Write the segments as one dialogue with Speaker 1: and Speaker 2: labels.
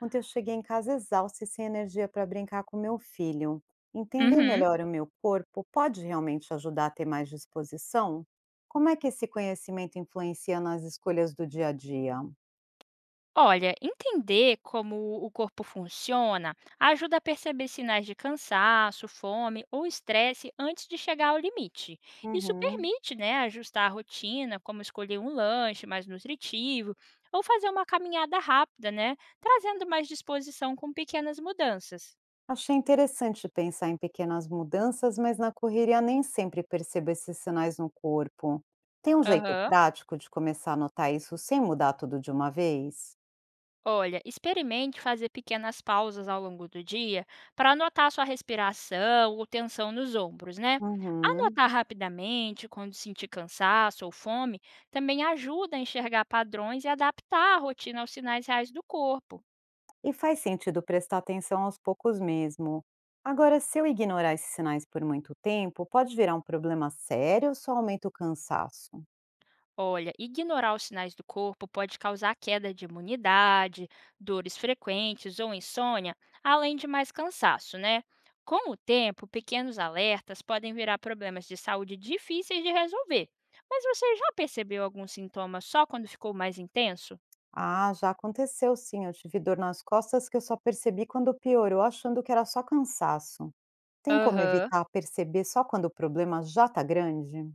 Speaker 1: Ontem eu cheguei em casa exausta e sem energia para brincar com meu filho. Entender
Speaker 2: Uhum.
Speaker 1: melhor o meu corpo pode realmente ajudar a ter mais disposição? Como é que esse conhecimento influencia nas escolhas do dia a dia?
Speaker 2: Olha, entender como o corpo funciona ajuda a perceber sinais de cansaço, fome ou estresse antes de chegar ao limite. Isso
Speaker 1: Uhum.
Speaker 2: permite, né, ajustar a rotina, como escolher um lanche mais nutritivo ou fazer uma caminhada rápida, né, trazendo mais disposição com pequenas mudanças.
Speaker 1: Achei interessante pensar em pequenas mudanças, mas na correria nem sempre percebo esses sinais no corpo. Tem um jeito
Speaker 2: Aham.
Speaker 1: prático de começar a notar isso sem mudar tudo de uma vez?
Speaker 2: Olha, experimente fazer pequenas pausas ao longo do dia para anotar sua respiração ou tensão nos ombros, né?
Speaker 1: Uhum.
Speaker 2: Anotar rapidamente quando sentir cansaço ou fome também ajuda a enxergar padrões e adaptar a rotina aos sinais reais do corpo.
Speaker 1: E faz sentido prestar atenção aos poucos mesmo. Agora, se eu ignorar esses sinais por muito tempo, pode virar um problema sério ou só aumenta o cansaço?
Speaker 2: Olha, ignorar os sinais do corpo pode causar queda de imunidade, dores frequentes ou insônia, além de mais cansaço, né? Com o tempo, pequenos alertas podem virar problemas de saúde difíceis de resolver. Mas você já percebeu algum sintoma só quando ficou mais intenso?
Speaker 1: Ah, já aconteceu sim. Eu tive dor nas costas que eu só percebi quando piorou, achando que era só cansaço. Tem como
Speaker 2: Aham.
Speaker 1: evitar perceber só quando o problema já tá grande?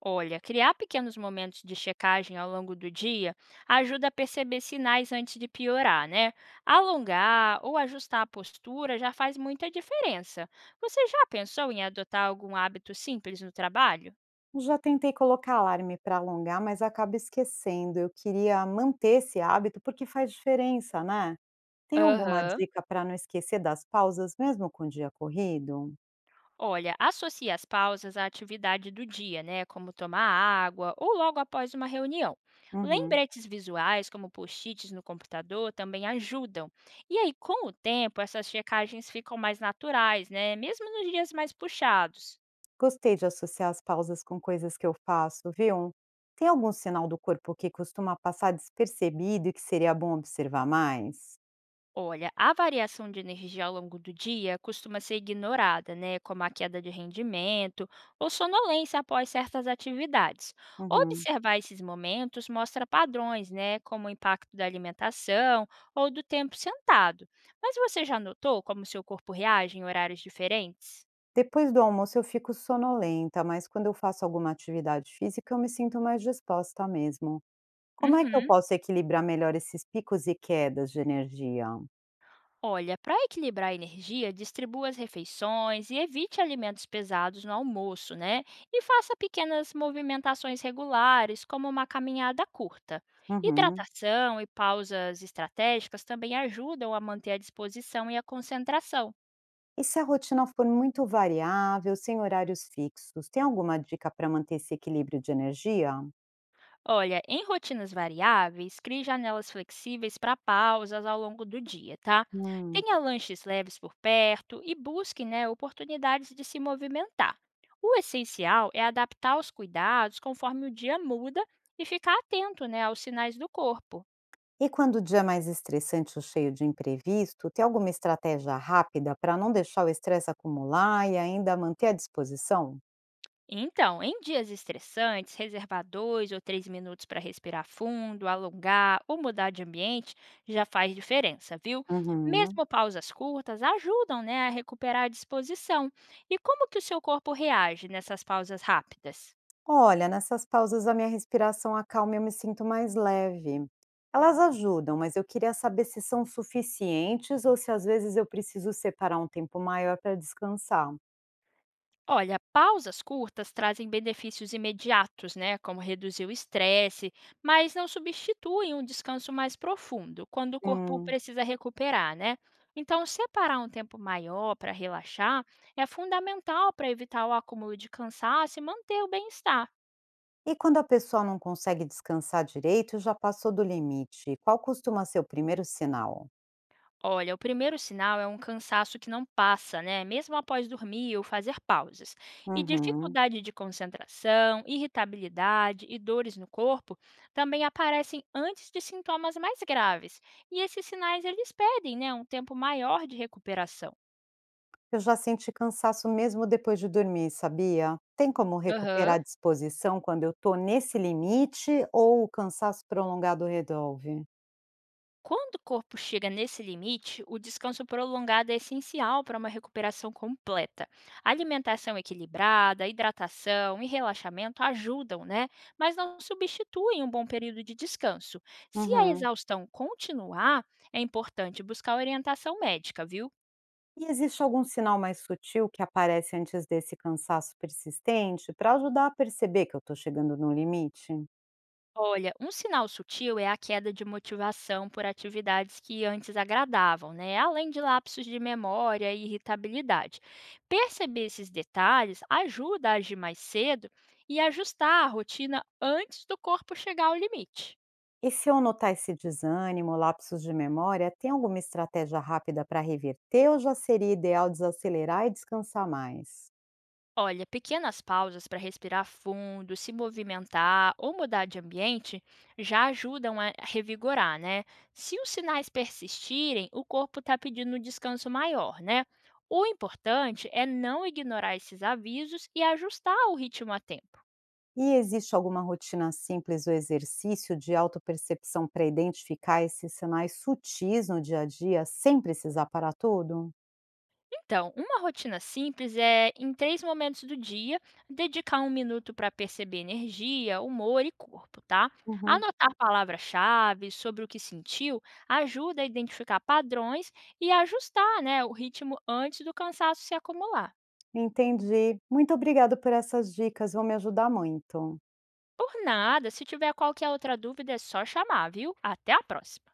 Speaker 2: Olha, criar pequenos momentos de checagem ao longo do dia ajuda a perceber sinais antes de piorar, né? Alongar ou ajustar a postura já faz muita diferença. Você já pensou em adotar algum hábito simples no trabalho?
Speaker 1: Já tentei colocar alarme para alongar, mas acabo esquecendo. Eu queria manter esse hábito porque faz diferença, né? Tem alguma
Speaker 2: Aham.
Speaker 1: dica para não esquecer das pausas, mesmo com o dia corrido?
Speaker 2: Olha, associe as pausas à atividade do dia, né? Como tomar água ou logo após uma reunião.
Speaker 1: Uhum.
Speaker 2: Lembretes visuais, como post-its no computador, também ajudam. E aí, com o tempo, essas checagens ficam mais naturais, né? Mesmo nos dias mais puxados.
Speaker 1: Gostei de associar as pausas com coisas que eu faço, viu? Tem algum sinal do corpo que costuma passar despercebido e que seria bom observar mais?
Speaker 2: Olha, a variação de energia ao longo do dia costuma ser ignorada, né? Como a queda de rendimento ou sonolência após certas atividades.
Speaker 1: Uhum.
Speaker 2: Observar esses momentos mostra padrões, né? Como o impacto da alimentação ou do tempo sentado. Mas você já notou como seu corpo reage em horários diferentes?
Speaker 1: Depois do almoço eu fico sonolenta, mas quando eu faço alguma atividade física eu me sinto mais disposta mesmo. Como é que eu
Speaker 2: Uhum.
Speaker 1: posso equilibrar melhor esses picos e quedas de energia?
Speaker 2: Olha, para equilibrar a energia, distribua as refeições e evite alimentos pesados no almoço, né? E faça pequenas movimentações regulares, como uma caminhada curta.
Speaker 1: Uhum.
Speaker 2: Hidratação e pausas estratégicas também ajudam a manter a disposição e a concentração.
Speaker 1: E se a rotina for muito variável, sem horários fixos, tem alguma dica para manter esse equilíbrio de energia?
Speaker 2: Olha, em rotinas variáveis, crie janelas flexíveis para pausas ao longo do dia, tá?
Speaker 1: Hum.
Speaker 2: Tenha lanches leves por perto e busque, né, oportunidades de se movimentar. O essencial é adaptar os cuidados conforme o dia muda e ficar atento, né, aos sinais do corpo.
Speaker 1: E quando o dia é mais estressante ou cheio de imprevisto, tem alguma estratégia rápida para não deixar o estresse acumular e ainda manter a disposição?
Speaker 2: Então, em dias estressantes, reservar 2 ou 3 minutos para respirar fundo, alongar ou mudar de ambiente já faz diferença, viu?
Speaker 1: Uhum.
Speaker 2: Mesmo pausas curtas ajudam, né, a recuperar a disposição. E como que o seu corpo reage nessas pausas rápidas?
Speaker 1: Olha, nessas pausas a minha respiração acalma e eu me sinto mais leve. Elas ajudam, mas eu queria saber se são suficientes ou se às vezes eu preciso separar um tempo maior para descansar.
Speaker 2: Olha, pausas curtas trazem benefícios imediatos, né, como reduzir o estresse, mas não substituem um descanso mais profundo, quando o corpo
Speaker 1: Hum.
Speaker 2: precisa recuperar, né? Então, separar um tempo maior para relaxar é fundamental para evitar o acúmulo de cansaço e manter o bem-estar.
Speaker 1: E quando a pessoa não consegue descansar direito, já passou do limite, qual costuma ser o primeiro sinal?
Speaker 2: Olha, o primeiro sinal é um cansaço que não passa, né? Mesmo após dormir ou fazer pausas. E
Speaker 1: Uhum.
Speaker 2: dificuldade de concentração, irritabilidade e dores no corpo também aparecem antes de sintomas mais graves. E esses sinais eles pedem, né, um tempo maior de recuperação.
Speaker 1: Eu já senti cansaço mesmo depois de dormir, sabia? Tem como recuperar
Speaker 2: Aham.
Speaker 1: a disposição quando eu tô nesse limite ou o cansaço prolongado resolve?
Speaker 2: Quando o corpo chega nesse limite, o descanso prolongado é essencial para uma recuperação completa. Alimentação equilibrada, hidratação e relaxamento ajudam, né? Mas não substituem um bom período de descanso. Se a
Speaker 1: Uhum.
Speaker 2: exaustão continuar, é importante buscar orientação médica, viu?
Speaker 1: E existe algum sinal mais sutil que aparece antes desse cansaço persistente para ajudar a perceber que eu tô chegando no limite?
Speaker 2: Olha, um sinal sutil é a queda de motivação por atividades que antes agradavam, né? Além de lapsos de memória e irritabilidade. Perceber esses detalhes ajuda a agir mais cedo e ajustar a rotina antes do corpo chegar ao limite.
Speaker 1: E se eu notar esse desânimo, lapsos de memória, tem alguma estratégia rápida para reverter ou já seria ideal desacelerar e descansar mais?
Speaker 2: Olha, pequenas pausas para respirar fundo, se movimentar ou mudar de ambiente já ajudam a revigorar, né? Se os sinais persistirem, o corpo está pedindo um descanso maior, né? O importante é não ignorar esses avisos e ajustar o ritmo a tempo.
Speaker 1: E existe alguma rotina simples ou exercício de autopercepção para identificar esses sinais sutis no dia a dia, sem precisar parar tudo?
Speaker 2: Então, uma rotina simples é, em 3 momentos do dia, dedicar 1 minuto para perceber energia, humor e corpo, tá?
Speaker 1: Uhum.
Speaker 2: Anotar palavras-chave sobre o que sentiu ajuda a identificar padrões e ajustar, né, o ritmo antes do cansaço se acumular.
Speaker 1: Entendi. Muito obrigada por essas dicas, vão me ajudar muito.
Speaker 2: Por nada, se tiver qualquer outra dúvida, é só chamar, viu? Até a próxima!